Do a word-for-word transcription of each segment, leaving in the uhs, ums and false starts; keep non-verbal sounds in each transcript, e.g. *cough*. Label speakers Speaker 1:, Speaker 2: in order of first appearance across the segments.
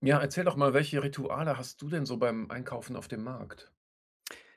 Speaker 1: Ja, erzähl doch mal, welche Rituale hast du denn so beim Einkaufen auf dem Markt?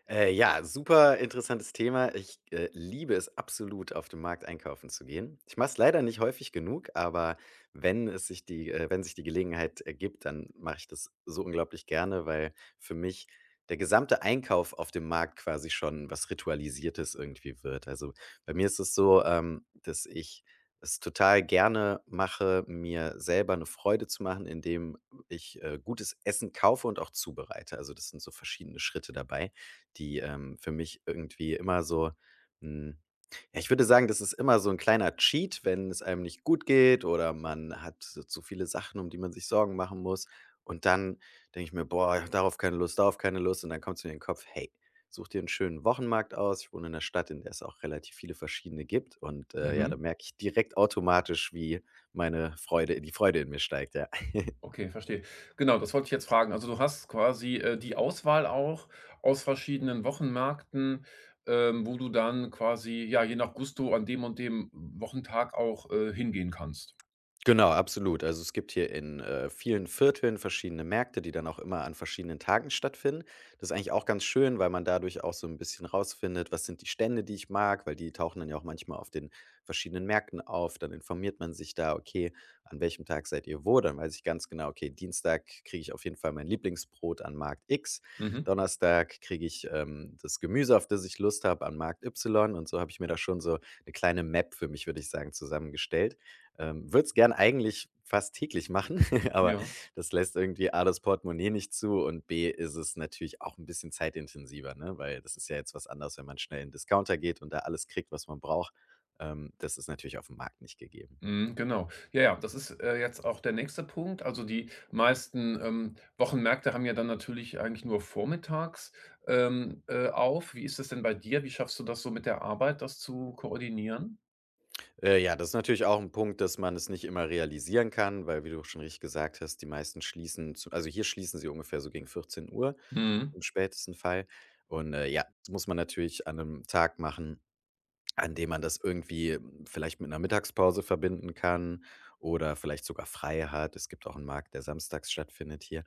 Speaker 2: Äh, ja, super interessantes Thema. Ich, äh, liebe es absolut, auf dem Markt einkaufen zu gehen. Ich mache es leider nicht häufig genug, aber wenn es sich die äh, wenn sich die Gelegenheit ergibt, dann mache ich das so unglaublich gerne, weil für mich der gesamte Einkauf auf dem Markt quasi schon was Ritualisiertes irgendwie wird. Also, bei mir ist es so, ähm, dass ich es total gerne mache, mir selber eine Freude zu machen, indem ich, äh, gutes Essen kaufe und auch zubereite. Also, das sind so verschiedene Schritte dabei, die, ähm, für mich irgendwie immer so hm, ja, ich würde sagen, das ist immer so ein kleiner Cheat, wenn es einem nicht gut geht oder man hat so zu viele Sachen, um die man sich Sorgen machen muss. Und dann denke ich mir: „Boah, darauf keine Lust, darauf keine Lust.“ Und dann kommt kommt's mir in den Kopf: „Hey, such dir einen schönen Wochenmarkt aus.“ Ich wohne in 'ner Stadt, in der es auch relativ viele verschiedene gibt. Und, äh, ja, da
Speaker 1: Mhm.
Speaker 2: merke ich direkt automatisch, wie meine Freude die Freude in mir steigt, ja.
Speaker 1: Okay, verstehe. Genau, das wollte ich jetzt fragen. Also du hast quasi, äh, die Auswahl auch aus verschiedenen Wochenmärkten, ähm, wo du dann quasi, ja, je nach Gusto an dem und dem Wochentag auch, äh, hingehen kannst.
Speaker 2: Genau, absolut. Also, es gibt hier in, äh, vielen Vierteln verschiedene Märkte, die dann auch immer an verschiedenen Tagen stattfinden. Das ist eigentlich auch ganz schön, weil man dadurch auch so ein bisschen rausfindet, was sind die Stände, die ich mag, weil die tauchen dann ja auch manchmal auf den verschiedenen Märkten auf. Dann informiert man sich da: „Okay, an welchem Tag seid ihr wo?“ Dann weiß ich ganz genau: „Okay, Dienstag kriege ich auf jeden Fall mein Lieblingsbrot an Markt X.
Speaker 1: Mhm.
Speaker 2: Donnerstag kriege ich, ähm, das Gemüse, auf das ich Lust habe, an Markt Y.“ Und so habe ich mir da schon so eine kleine Map für mich, würde ich sagen, zusammengestellt. Ähm, würde es gern eigentlich fast täglich machen, *laughs* aber
Speaker 1: Ja.
Speaker 2: das lässt irgendwie A, das Portemonnaie nicht zu und B, ist es natürlich auch ein bisschen zeitintensiver, ne? Weil das ist ja jetzt was anderes, wenn man schnell in den Discounter geht und da alles kriegt, was man braucht. Ähm, das ist natürlich auf dem Markt nicht gegeben.
Speaker 1: Mhm, genau. Ja, ja, das ist, äh, jetzt auch der nächste Punkt. Also, die meisten, ähm, Wochenmärkte haben ja dann natürlich eigentlich nur vormittags, ähm, äh, auf. Wie ist das denn bei dir? Wie schaffst du das so mit der Arbeit, das zu koordinieren?
Speaker 2: Äh, ja, das ist natürlich auch ein Punkt, dass man es nicht immer realisieren kann, weil, wie du schon richtig gesagt hast, die meisten schließen zu, also, hier schließen sie ungefähr so gegen vierzehn Uhr
Speaker 1: Mhm,
Speaker 2: im spätesten Fall. Und, äh, ja, das muss man natürlich an einem Tag machen, an dem man das irgendwie vielleicht mit einer Mittagspause verbinden kann oder vielleicht sogar frei hat. Es gibt auch einen Markt, der samstags stattfindet hier.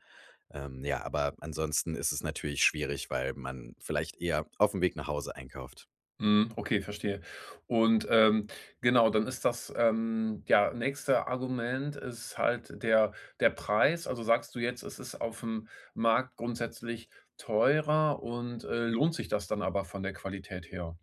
Speaker 2: Ähm, ja, aber ansonsten ist es natürlich schwierig, weil man vielleicht eher auf dem Weg nach Hause einkauft.
Speaker 1: mhm, okay, verstehe. Und, ähm, genau, dann ist das, ähm ja, nächste Argument ist halt der der Preis. Also, sagst du jetzt, es ist auf dem Markt grundsätzlich teurer und, äh, lohnt sich das dann aber von der Qualität her?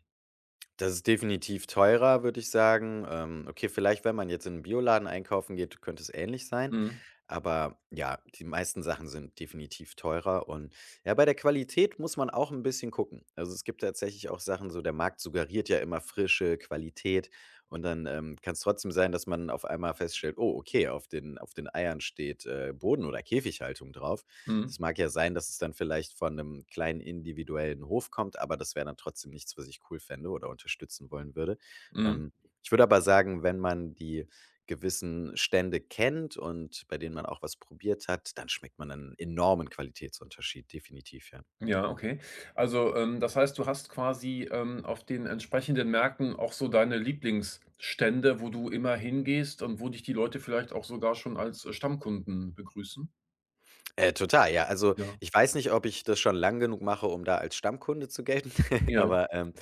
Speaker 2: Das ist definitiv teurer, würde ich sagen. Ähm, okay, vielleicht, wenn man jetzt in einen Bioladen einkaufen geht, könnte es ähnlich sein.
Speaker 1: Mhm,
Speaker 2: Aber ja, die meisten Sachen sind definitiv teurer und ja, bei der Qualität muss man auch ein bisschen gucken. Also, es gibt tatsächlich auch Sachen, so der Markt suggeriert ja immer Frische, Qualität, und dann, ähm, kann es trotzdem sein, dass man auf einmal feststellt: „Oh, okay, auf den auf den Eiern steht, äh, Boden- oder Käfighaltung drauf.“ Das
Speaker 1: mhm.
Speaker 2: mag ja sein, dass es dann vielleicht von einem kleinen individuellen Hof kommt, aber das wäre dann trotzdem nichts, was ich cool fände oder unterstützen wollen würde.
Speaker 1: Mhm.
Speaker 2: Ähm, Ich würde aber sagen, wenn man die gewissen Stände kennt und bei denen man auch was probiert hat, dann schmeckt man einen enormen Qualitätsunterschied, definitiv, ja.
Speaker 1: Ja, okay. Also, ähm, das heißt, du hast quasi, ähm, auf den entsprechenden Märkten auch so deine Lieblingsstände, wo du immer hingehst und wo dich die Leute vielleicht auch sogar schon als, äh, Stammkunden begrüßen?
Speaker 2: Äh, total, ja. Also,
Speaker 1: Ja.
Speaker 2: ich weiß nicht, ob ich das schon lang genug mache, um da als Stammkunde zu gelten, *laughs*
Speaker 1: Ja.
Speaker 2: aber, ähm,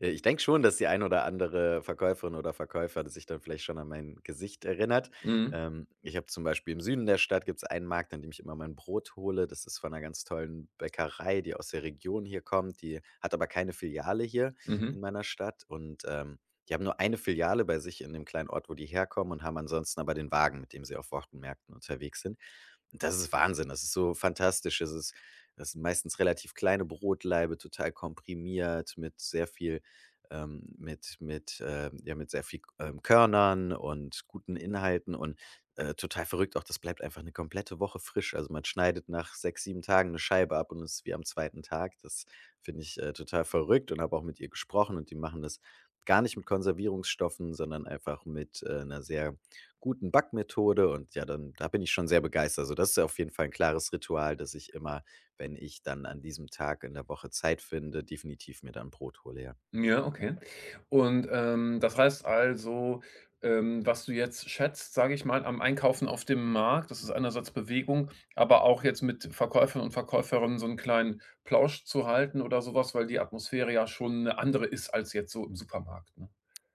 Speaker 2: äh, ich denke schon, dass die ein oder andere Verkäuferin oder Verkäufer sich dann vielleicht schon an mein Gesicht erinnert.
Speaker 1: Mhm.
Speaker 2: Ähm, ich habe zum Beispiel im Süden der Stadt, gibt es einen Markt, an dem ich immer mein Brot hole. Das ist von einer ganz tollen Bäckerei, die aus der Region hier kommt. Die hat aber keine Filiale hier in
Speaker 1: Mhm.
Speaker 2: meiner Stadt und, ähm, die haben nur eine Filiale bei sich in dem kleinen Ort, wo die herkommen, und haben ansonsten aber den Wagen, mit dem sie auf Wochenmärkten unterwegs sind. Das ist Wahnsinn. Das ist so fantastisch. Es ist, das sind meistens relativ kleine Brotlaibe, total komprimiert mit sehr viel ähm, mit mit, ähm ja, mit sehr viel, ähm, Körnern und guten Inhalten und, äh, total verrückt auch, das bleibt einfach eine komplette Woche frisch. Also, man schneidet nach sechs, sieben Tagen eine Scheibe ab und es ist wie am zweiten Tag. Das finde ich, äh, total verrückt und habe auch mit ihr gesprochen und die machen das gar nicht mit Konservierungsstoffen, sondern einfach mit, äh, 'ner sehr guten Backmethode, und ja, dann da bin ich schon sehr begeistert. Also, das ist ja auf jeden Fall ein klares Ritual, dass ich immer, wenn ich dann an diesem Tag in der Woche Zeit finde, definitiv mir dann Brot hole, ja.
Speaker 1: Ja, okay. Und, ähm, das heißt also, ähm, was du jetzt schätzt, sage ich mal, am Einkaufen auf dem Markt, das ist einerseits Bewegung, aber auch jetzt mit Verkäufern und Verkäuferinnen so einen kleinen Plausch zu halten oder sowas, weil die Atmosphäre ja schon eine andere ist als jetzt so im Supermarkt, ne?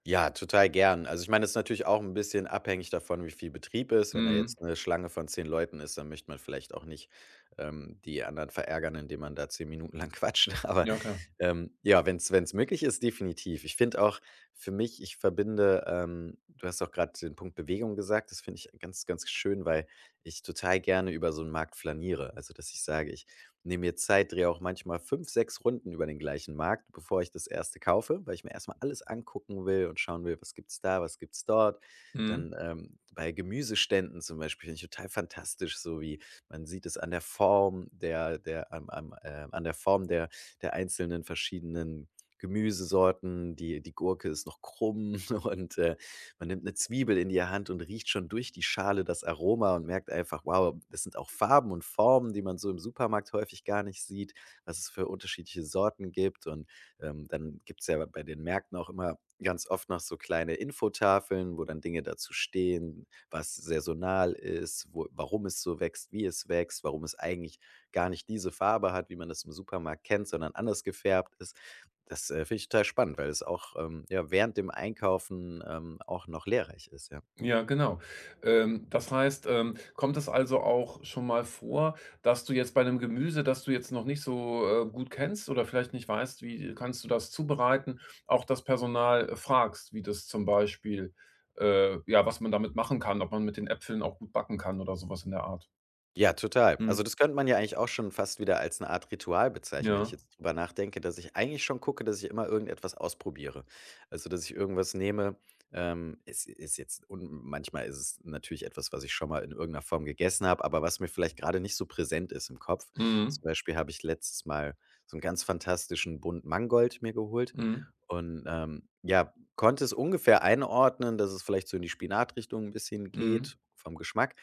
Speaker 2: Ja, total gern. Also, ich meine, es ist natürlich auch ein bisschen abhängig davon, wie viel Betrieb ist. Wenn da
Speaker 1: Mhm.
Speaker 2: jetzt eine Schlange von zehn Leuten ist, dann möchte man vielleicht auch nicht, ähm, die anderen verärgern, indem man da zehn Minuten lang quatscht. *laughs* Aber,
Speaker 1: Ja, klar.
Speaker 2: ähm, ja, wenn es möglich ist, definitiv. Ich finde auch, für mich ich verbinde, ähm du hast auch gerade den Punkt Bewegung gesagt, das finde ich ganz, ganz schön, weil ich total gerne über so einen Markt flaniere. Also, dass ich sage, ich nehme mir Zeit, drehe auch manchmal fünf, sechs Runden über den gleichen Markt, bevor ich das erste kaufe, weil ich mir erstmal alles angucken will und schauen will: „Was gibt's da? Was gibt's dort?“
Speaker 1: Mhm.
Speaker 2: Dann, ähm, bei Gemüseständen zum Beispiel, finde ich total fantastisch, so wie man sieht es an der Form der der am am, äh an der Form der der einzelnen verschiedenen Gemüsesorten. Die die Gurke ist noch krumm *laughs* und, äh, man nimmt eine Zwiebel in die Hand und riecht schon durch die Schale das Aroma und merkt einfach: „Wow, das sind auch Farben und Formen, die man so im Supermarkt häufig gar nicht sieht, was es für unterschiedliche Sorten gibt.“ Und, ähm, dann gibt's ja bei den Märkten auch immer ganz oft noch so kleine Infotafeln, wo dann Dinge dazu stehen, was saisonal ist, wo, warum es so wächst, wie es wächst, warum es eigentlich gar nicht diese Farbe hat, wie man das im Supermarkt kennt, sondern anders gefärbt ist. Das, äh, finde ich total spannend, weil es auch, ähm, ja, während dem Einkaufen, ähm, auch noch lehrreich ist, ja.
Speaker 1: Ja, genau. Ähm, das heißt, ähm, kommt es also auch schon mal vor, dass du jetzt bei einem Gemüse, das du jetzt noch nicht so, äh, gut kennst oder vielleicht nicht weißt, wie kannst du das zubereiten, auch das Personal äh, fragst, wie das zum Beispiel äh, ja, was man damit machen kann, ob man mit den Äpfeln auch gut backen kann oder sowas in der Art?
Speaker 2: Ja, total. Also,
Speaker 1: Mhm.
Speaker 2: das könnte man ja eigentlich auch schon fast wieder als eine Art Ritual bezeichnen, wenn ich
Speaker 1: Ja.
Speaker 2: jetzt drüber nachdenke, dass ich eigentlich schon gucke, dass ich immer irgendetwas ausprobiere. Also, dass ich irgendwas nehme, ähm, es ist jetzt und manchmal ist es natürlich etwas, was ich schon mal in irgendeiner Form gegessen habe, aber was mir vielleicht gerade nicht so präsent ist im Kopf.
Speaker 1: Mhm.
Speaker 2: Zum Beispiel habe ich letztes Mal so einen ganz fantastischen Bund Mangold mir geholt,
Speaker 1: Mhm.
Speaker 2: und, ähm, ja, konnte es ungefähr einordnen, dass es vielleicht so in die Spinatrichtung ein bisschen
Speaker 1: Mhm.
Speaker 2: geht vom Geschmack.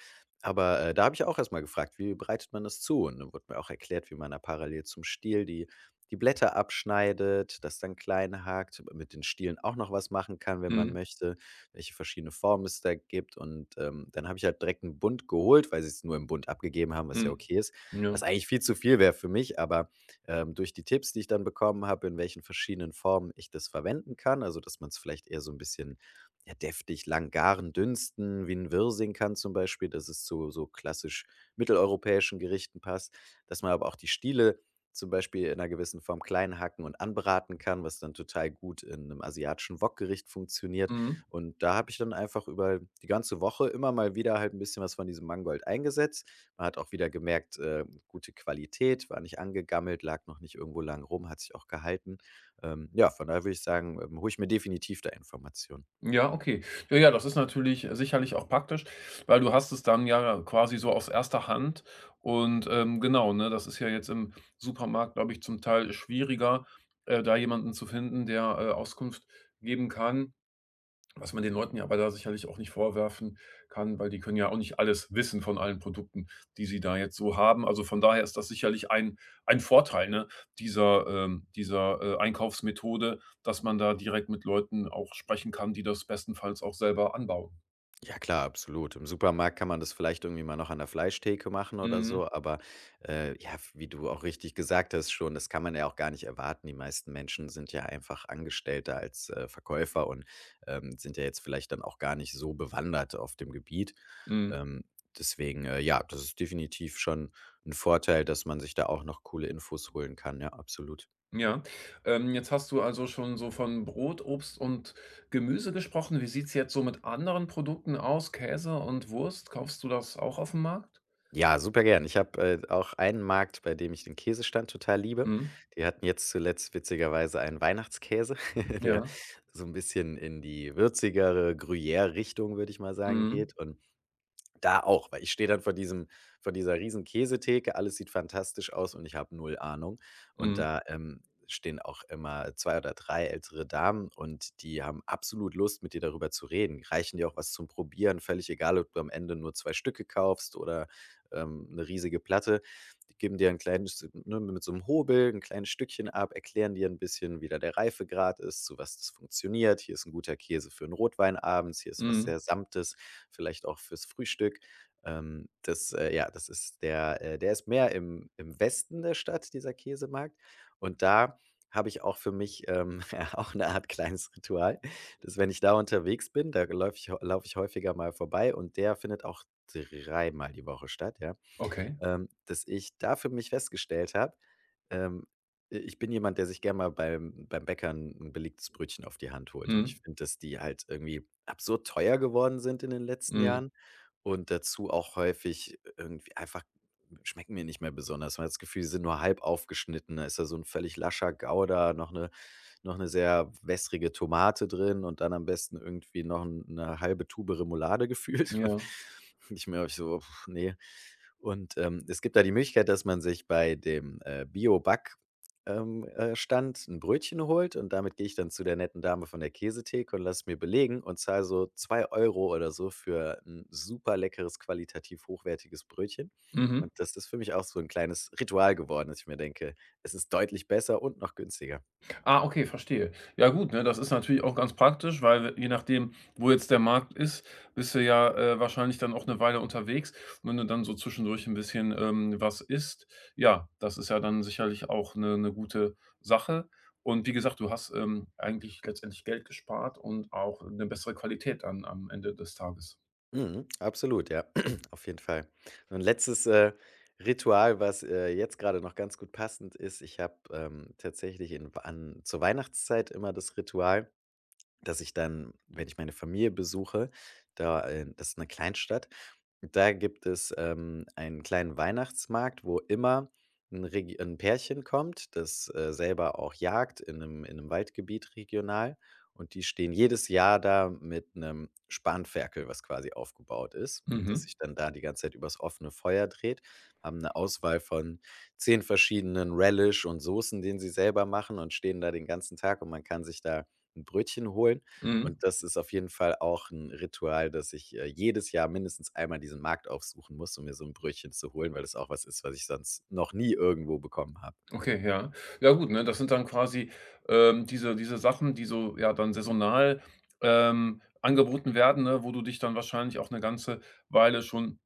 Speaker 2: Aber, äh, da habe ich auch erstmal gefragt: „Wie bereitet man das zu?“ Und dann wurde mir auch erklärt, wie man da parallel zum Stiel die die Blätter abschneidet, das dann klein hakt, mit den Stielen auch noch was machen kann, wenn man
Speaker 1: Mhm.
Speaker 2: möchte, welche verschiedene Formen es da gibt. Und, ähm, dann habe ich halt direkt einen Bund geholt, weil sie es nur im Bund abgegeben haben, was ja
Speaker 1: Mhm.
Speaker 2: okay ist, was
Speaker 1: Ja.
Speaker 2: eigentlich viel zu viel wäre für mich. Aber, ähm, durch die Tipps, die ich dann bekommen habe, in welchen verschiedenen Formen ich das verwenden kann, also, dass man es vielleicht eher so ein bisschen ja, deftig, lang garen, dünsten, wie 'n Wirsingkan zum Beispiel, dass es zu so klassisch mitteleuropäischen Gerichten passt, dass man aber auch die Stiele zum Beispiel in einer gewissen Form klein hacken und anbraten kann, was dann total gut in einem asiatischen Wokgericht funktioniert.
Speaker 1: Mhm.
Speaker 2: Und da habe ich dann einfach über die ganze Woche immer mal wieder halt ein bisschen was von diesem Mangold eingesetzt. Man hat auch wieder gemerkt, äh, gute Qualität, war nicht angegammelt, lag noch nicht irgendwo lang rum, hat sich auch gehalten. Ähm, ja, von daher würde ich sagen, ähm, hole ich mir definitiv da Informationen.
Speaker 1: Ja, okay. Ja, ja, das ist natürlich sicherlich auch praktisch, weil du hast es dann ja quasi so aus erster Hand und, ähm, genau, ne, das ist ja jetzt im Supermarkt, glaube ich, zum Teil schwieriger, äh, da jemanden zu finden, der, äh, Auskunft geben kann. Was man den Leuten ja aber da sicherlich auch nicht vorwerfen kann, weil die können ja auch nicht alles wissen von allen Produkten, die sie da jetzt so haben. Also, von daher ist das sicherlich ein ein Vorteil, ne, dieser ähm, dieser, äh, Einkaufsmethode, dass man da direkt mit Leuten auch sprechen kann, die das bestenfalls auch selber anbauen.
Speaker 2: Ja klar, absolut. Im Supermarkt kann man das vielleicht irgendwie mal noch an der Fleischtheke machen oder
Speaker 1: Mhm,
Speaker 2: so, aber, äh, ja, wie du auch richtig gesagt hast schon, das kann man ja auch gar nicht erwarten. Die meisten Menschen sind ja einfach Angestellte als, äh, Verkäufer und, ähm, sind ja jetzt vielleicht dann auch gar nicht so bewandert auf dem Gebiet.
Speaker 1: mhm,
Speaker 2: Ähm, deswegen, äh, ja, das ist definitiv schon ein Vorteil, dass man sich da auch noch coole Infos holen kann. Ja, absolut.
Speaker 1: ja. Ähm, jetzt hast du also schon so von Brot, Obst und Gemüse gesprochen. Wie sieht's jetzt so mit anderen Produkten aus? Käse und Wurst, kaufst du das auch auf dem Markt?
Speaker 2: Ja, super gern. Ich habe, äh, auch einen Markt, bei dem ich den Käsestand total liebe.
Speaker 1: Mhm,
Speaker 2: Die hatten jetzt zuletzt witzigerweise einen Weihnachtskäse, *laughs* der
Speaker 1: ja,
Speaker 2: so ein bisschen in die würzigere Gruyère-Richtung, würde ich mal sagen,
Speaker 1: mhm.
Speaker 2: geht und da auch, weil ich stehe dann vor diesem vor dieser riesen Käsetheke, alles sieht fantastisch aus und ich habe null Ahnung. Und
Speaker 1: Mhm,
Speaker 2: da, ähm, stehen auch immer zwei oder drei ältere Damen und die haben absolut Lust, mit dir darüber zu reden, reichen dir auch was zum Probieren, völlig egal, ob du am Ende nur zwei Stücke kaufst oder, ähm, 'ne riesige Platte. Die geben dir ein kleines ne, mit so einem Hobel ein kleines Stückchen ab, erklären dir ein bisschen, wie da der Reifegrad ist, zu was das funktioniert. Hier ist ein guter Käse für einen Rotwein abends, hier ist was
Speaker 1: mhm,
Speaker 2: sehr Samtes vielleicht auch fürs Frühstück. Ähm, das, äh, ja, das ist der äh, der ist mehr im im Westen der Stadt, dieser Käsemarkt. Und da habe ich auch für mich, ähm, *laughs* ja, auch eine Art kleines Ritual, dass wenn ich da unterwegs bin, da läufe ich laufe ich häufiger mal vorbei und der findet auch dreimal die Woche statt, ja,
Speaker 1: okay.
Speaker 2: ähm, dass ich da für mich festgestellt habe, ähm, i ich bin jemand, der sich gerne mal beim beim Bäcker ein 'n belegtes Brötchen auf die Hand holt. Und
Speaker 1: Mhm,
Speaker 2: ich finde, dass die halt irgendwie absurd teuer geworden sind in den letzten
Speaker 1: mhm,
Speaker 2: Jahren und dazu auch häufig irgendwie einfach schmecken mir nicht mehr besonders. Man hat das Gefühl, sie sind nur halb aufgeschnitten. Da ist da so ein völlig lascher Gouda, noch eine noch eine sehr wässrige Tomate drin und dann am besten irgendwie noch 'n 'ne halbe Tube Remoulade gefühlt. *laughs*
Speaker 1: ja.
Speaker 2: Und ich merke ich so: pf, nee. Und, ähm, es gibt da die Möglichkeit, dass man sich bei dem, äh, Bio-Back ähm, äh, Stand ein Brötchen holt, und damit gehe ich dann zu der netten Dame von der Käsetheke und lasse es mir belegen und zahle so zwei Euro oder so für ein super leckeres, qualitativ hochwertiges Brötchen.
Speaker 1: Mhm.
Speaker 2: Und das ist für mich auch so ein kleines Ritual geworden, dass ich mir denke: „Es ist deutlich besser und noch günstiger.“
Speaker 1: Ah, okay, verstehe. Ja gut, ne, das ist natürlich auch ganz praktisch, weil je nachdem, wo jetzt der Markt ist, bist du ja, äh, wahrscheinlich dann auch eine Weile unterwegs. Und wenn du dann so zwischendurch ein bisschen, ähm, was isst, ja, das ist ja dann sicherlich auch eine 'ne gute Sache. Und wie gesagt, du hast, ähm, eigentlich letztendlich Geld gespart und auch eine bessere Qualität dann am Ende des Tages.
Speaker 2: Mhm, absolut, ja, *clears throat* auf jeden Fall. Und letztes, äh, Ritual, was, äh, jetzt gerade noch ganz gut passend ist: Ich habe, ähm, tatsächlich in an zur Weihnachtszeit immer das Ritual, dass ich dann, wenn ich meine Familie besuche, da, äh das ist 'ne Kleinstadt, da gibt es, ähm, einen kleinen Weihnachtsmarkt, wo immer ein Regi 'n Pärchen kommt, das, äh, selber auch jagt, in einem in 'nem Waldgebiet regional, und die stehen jedes Jahr da mit einem Spanferkel, was quasi aufgebaut ist und das
Speaker 1: Mhm,
Speaker 2: sich dann da die ganze Zeit übers offene Feuer dreht, haben eine Auswahl von zehn verschiedenen Relish und Soßen, den sie selber machen, und stehen da den ganzen Tag und man kann sich da 'n Brötchen holen.
Speaker 1: mhm.
Speaker 2: Und das ist auf jeden Fall auch ein Ritual, dass ich, äh, jedes Jahr mindestens einmal diesen Markt aufsuchen muss, um mir so ein Brötchen zu holen, weil das auch was ist, was ich sonst noch nie irgendwo bekommen habe.
Speaker 1: Okay, ja. Ja gut, ne, das sind dann quasi, ähm, diese diese Sachen, die so, ja, dann saisonal, ähm, angeboten werden, ne, wo du dich dann wahrscheinlich auch eine ganze Weile schon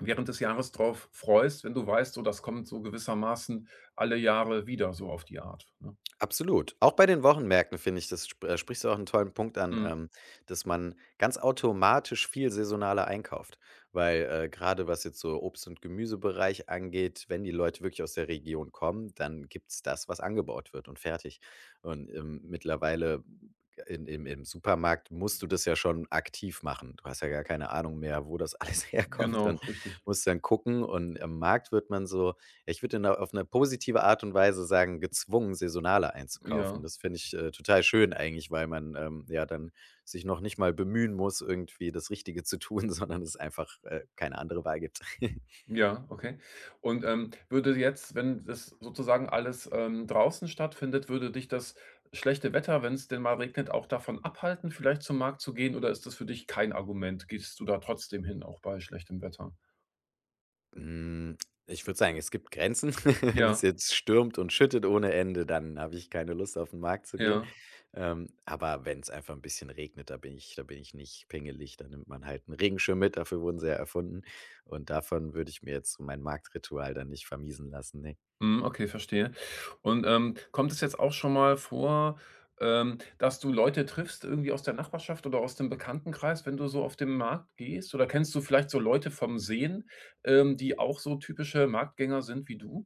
Speaker 1: während des Jahres drauf freust, wenn du weißt, so, das kommt so gewissermaßen alle Jahre wieder so auf die Art, ne?
Speaker 2: Absolut. Auch bei den Wochenmärkten finde ich, das sp äh, sprichst du auch einen tollen Punkt an,
Speaker 1: Mhm.
Speaker 2: ähm, dass man ganz automatisch viel saisonaler einkauft. Weil, äh, grade was jetzt so Obst und Gemüsebereich angeht, wenn die Leute wirklich aus der Region kommen, dann gibt's das, was angebaut wird, und fertig. Und, ähm, mittlerweile in im im Supermarkt musst du das ja schon aktiv machen. Du hast ja gar keine Ahnung mehr, wo das alles *laughs* herkommt,
Speaker 1: Genau,
Speaker 2: und
Speaker 1: richtig.
Speaker 2: musst dann gucken, und am Markt wird man so, ich würde in 'ner auf eine positive Art und Weise sagen, gezwungen, saisonaler einzukaufen.
Speaker 1: Ja.
Speaker 2: Das finde ich, äh, total schön eigentlich, weil man, ähm, ja, dann sich noch nicht mal bemühen muss, irgendwie das Richtige zu tun, *laughs* sondern es einfach, äh, keine andere Wahl gibt. *laughs*
Speaker 1: Ja, okay. Und, ähm, würde jetzt, wenn das sozusagen alles, ähm, draußen stattfindet, würde dich das schlechte Wetter, wenn es denn mal regnet, auch davon abhalten, vielleicht zum Markt zu gehen, oder ist das für dich kein Argument? Gehst du da trotzdem hin, auch bei schlechtem Wetter?
Speaker 2: Hm, ich würde sagen, es gibt Grenzen. *laughs* Wenn es
Speaker 1: Ja,
Speaker 2: jetzt stürmt und schüttet ohne Ende, dann habe ich keine Lust, auf den Markt zu gehen.
Speaker 1: ja.
Speaker 2: Ähm, aber wenn es einfach ein bisschen regnet, da bin ich da bin ich nicht pingelig. Da nimmt man halt einen Regenschirm mit, dafür wurden sie ja erfunden. Und davon würde ich mir jetzt so mein Marktritual dann nicht vermiesen lassen, ne.
Speaker 1: Mhm, okay, verstehe. Und, ähm, kommt es jetzt auch schon mal vor, ähm, dass du Leute triffst irgendwie aus der Nachbarschaft oder aus dem Bekanntenkreis, wenn du so auf den Markt gehst? Oder kennst du vielleicht so Leute vom Sehen, ähm, die auch so typische Marktgänger sind wie du?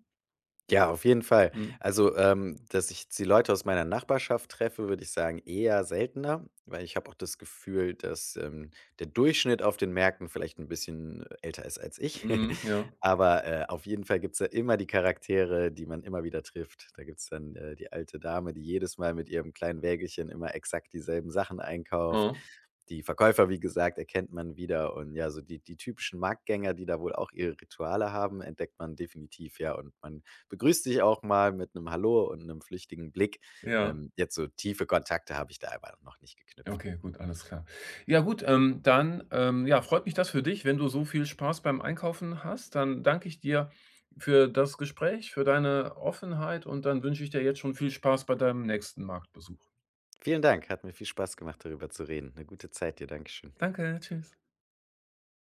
Speaker 2: Ja, auf jeden Fall.
Speaker 1: Mhm.
Speaker 2: Also, ähm, dass ich jetzt die Leute aus meiner Nachbarschaft treffe, würde ich sagen, eher seltener, weil ich habe auch das Gefühl, dass, ähm, der Durchschnitt auf den Märkten vielleicht ein bisschen äh, älter ist als ich.
Speaker 1: Mhm,
Speaker 2: *laughs*
Speaker 1: ja.
Speaker 2: Aber, äh, auf jeden Fall gibt's da immer die Charaktere, die man immer wieder trifft. Da gibt's dann, äh, die alte Dame, die jedes Mal mit ihrem kleinen Wägelchen immer exakt dieselben Sachen einkauft.
Speaker 1: Mhm.
Speaker 2: Die Verkäufer, wie gesagt, erkennt man wieder, und ja, so die die typischen Marktgänger, die da wohl auch ihre Rituale haben, entdeckt man definitiv, ja, und man begrüße dich auch mal mit einem Hallo und einem flüchtigen Blick.
Speaker 1: Ja.
Speaker 2: Ähm, jetzt so tiefe Kontakte habe ich da aber noch nicht geknüpft.
Speaker 1: Okay, gut, alles klar. Ja gut, ähm, dann, ähm, ja, freut mich das für dich, wenn du so viel Spaß beim Einkaufen hast. Dann danke ich dir für das Gespräch, für deine Offenheit und dann wünsche ich dir jetzt schon viel Spaß bei deinem nächsten Marktbesuch.
Speaker 2: Vielen Dank, hat mir viel Spaß gemacht, darüber zu reden. Eine gute Zeit dir. Dankeschön.
Speaker 1: Danke, tschüss.